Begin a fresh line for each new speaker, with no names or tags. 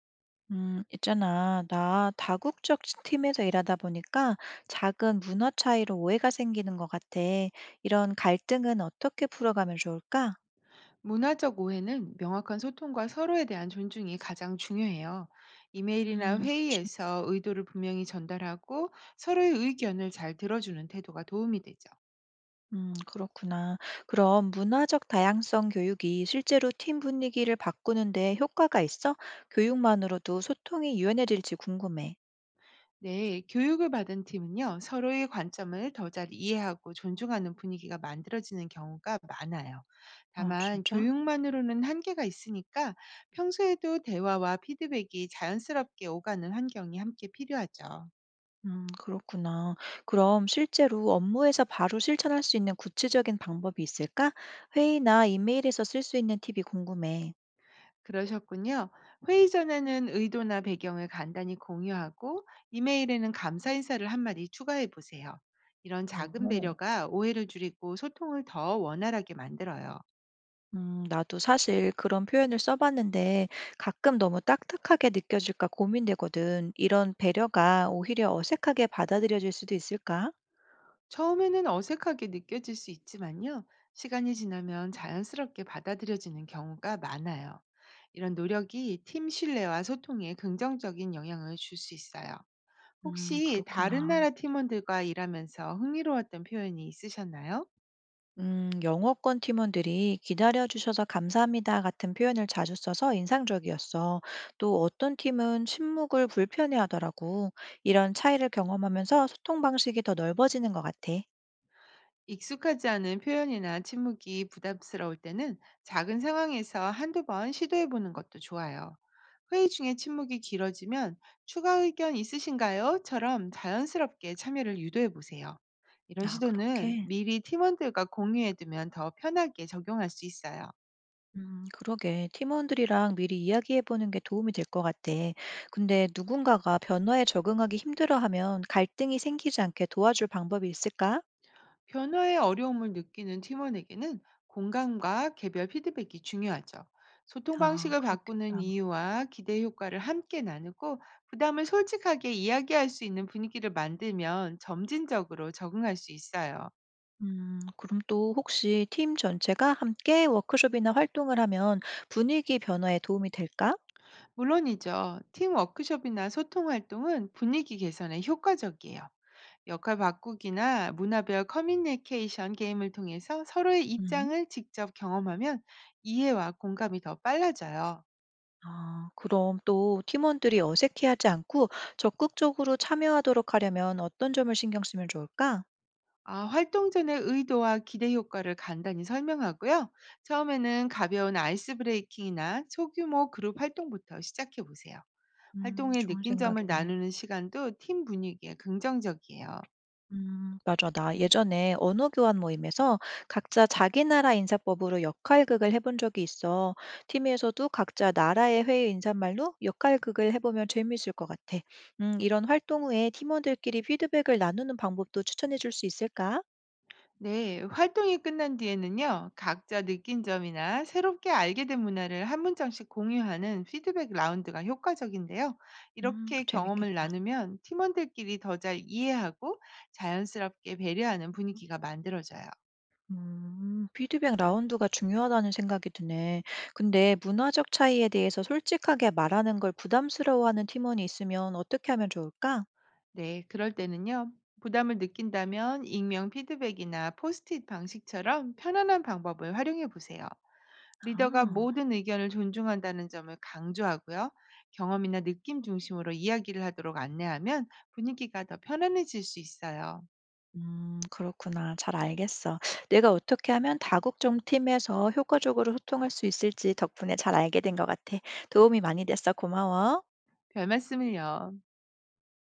있잖아. 나 다국적 팀에서 일하다 보니까 작은 문화 차이로 오해가 생기는 것 같아. 이런 갈등은 어떻게 풀어가면 좋을까?
문화적 오해는 명확한 소통과 서로에 대한 존중이 가장 중요해요. 이메일이나
그치.
회의에서 의도를 분명히 전달하고 서로의 의견을 잘 들어주는 태도가 도움이 되죠.
그렇구나. 그럼 문화적 다양성 교육이 실제로 팀 분위기를 바꾸는데 효과가 있어? 교육만으로도 소통이 유연해질지 궁금해.
네, 교육을 받은 팀은요, 서로의 관점을 더 잘 이해하고 존중하는 분위기가 만들어지는 경우가 많아요.
어,
다만,
진짜?
교육만으로는 한계가 있으니까 평소에도 대화와 피드백이 자연스럽게 오가는 환경이 함께 필요하죠.
그렇구나. 그럼 실제로 업무에서 바로 실천할 수 있는 구체적인 방법이 있을까? 회의나 이메일에서 쓸 수 있는 팁이 궁금해.
그러셨군요. 회의 전에는 의도나 배경을 간단히 공유하고 이메일에는 감사 인사를 한마디 추가해 보세요. 이런 작은
어허.
배려가 오해를 줄이고 소통을 더 원활하게 만들어요.
나도 사실 그런 표현을 써봤는데 가끔 너무 딱딱하게 느껴질까 고민되거든. 이런 배려가 오히려 어색하게 받아들여질 수도 있을까?
처음에는 어색하게 느껴질 수 있지만요. 시간이 지나면 자연스럽게 받아들여지는 경우가 많아요. 이런 노력이 팀 신뢰와 소통에 긍정적인 영향을 줄 수 있어요. 혹시 다른
그렇구나.
나라 팀원들과 일하면서 흥미로웠던 표현이 있으셨나요?
영업권 팀원들이 기다려주셔서 감사합니다 같은 표현을 자주 써서 인상적이었어. 또 어떤 팀은 침묵을 불편해하더라고. 이런 차이를 경험하면서 소통 방식이 더 넓어지는 것 같아.
익숙하지 않은 표현이나 침묵이 부담스러울 때는 작은 상황에서 한두 번 시도해 보는 것도 좋아요. 회의 중에 침묵이 길어지면 추가 의견 있으신가요? 처럼 자연스럽게 참여를 유도해 보세요. 이런
아,
시도는
그렇게?
미리 팀원들과 공유해 두면 더 편하게 적용할 수 있어요.
그러게. 팀원들이랑 미리 이야기해보는 게 도움이 될 것 같아. 근데 누군가가 변화에 적응하기 힘들어하면 갈등이 생기지 않게 도와줄 방법이 있을까?
변화의 어려움을 느끼는 팀원에게는 공감과 개별 피드백이 중요하죠. 소통
아,
방식을 바꾸는
그렇겠다.
이유와 기대 효과를 함께 나누고 부담을 솔직하게 이야기할 수 있는 분위기를 만들면 점진적으로 적응할 수 있어요.
그럼 또 혹시 팀 전체가 함께 워크숍이나 활동을 하면 분위기 변화에 도움이 될까?
물론이죠. 팀 워크숍이나 소통 활동은 분위기 개선에 효과적이에요. 역할 바꾸기나 문화별 커뮤니케이션 게임을 통해서 서로의
음.
입장을 직접 경험하면 이해와 공감이 더 빨라져요.
아, 그럼 또 팀원들이 어색해하지 않고 적극적으로 참여하도록 하려면 어떤 점을 신경 쓰면 좋을까?
아, 활동 전의 의도와 기대 효과를 간단히 설명하고요. 처음에는 가벼운 아이스 브레이킹이나 소규모 그룹 활동부터 시작해 보세요. 활동에
좋은
느낀 점을
생각이네.
나누는 시간도 팀 분위기에 긍정적이에요.
맞아. 나 예전에 언어 교환 모임에서 각자 자기 나라 인사법으로 역할극을 해본 적이 있어. 팀에서도 각자 나라의 회의 인사말로 역할극을 해보면 재미있을 것 같아. 이런 활동 후에 팀원들끼리 피드백을 나누는 방법도 추천해 줄 수 있을까?
네, 활동이 끝난 뒤에는요, 각자 느낀 점이나 새롭게 알게 된 문화를 한 문장씩 공유하는 피드백 라운드가 효과적인데요. 이렇게 경험을
재밌겠다.
나누면 팀원들끼리 더 잘 이해하고 자연스럽게 배려하는 분위기가 만들어져요.
피드백 라운드가 중요하다는 생각이 드네. 근데 문화적 차이에 대해서 솔직하게 말하는 걸 부담스러워하는 팀원이 있으면 어떻게 하면 좋을까?
네, 그럴 때는요. 부담을 느낀다면 익명 피드백이나 포스트잇 방식처럼 편안한 방법을 활용해 보세요. 리더가
아.
모든 의견을 존중한다는 점을 강조하고요. 경험이나 느낌 중심으로 이야기를 하도록 안내하면 분위기가 더 편안해질 수 있어요.
그렇구나. 잘 알겠어. 내가 어떻게 하면 다국적 팀에서 효과적으로 소통할 수 있을지 덕분에 잘 알게 된 것 같아. 도움이 많이 됐어. 고마워.
별 말씀을요.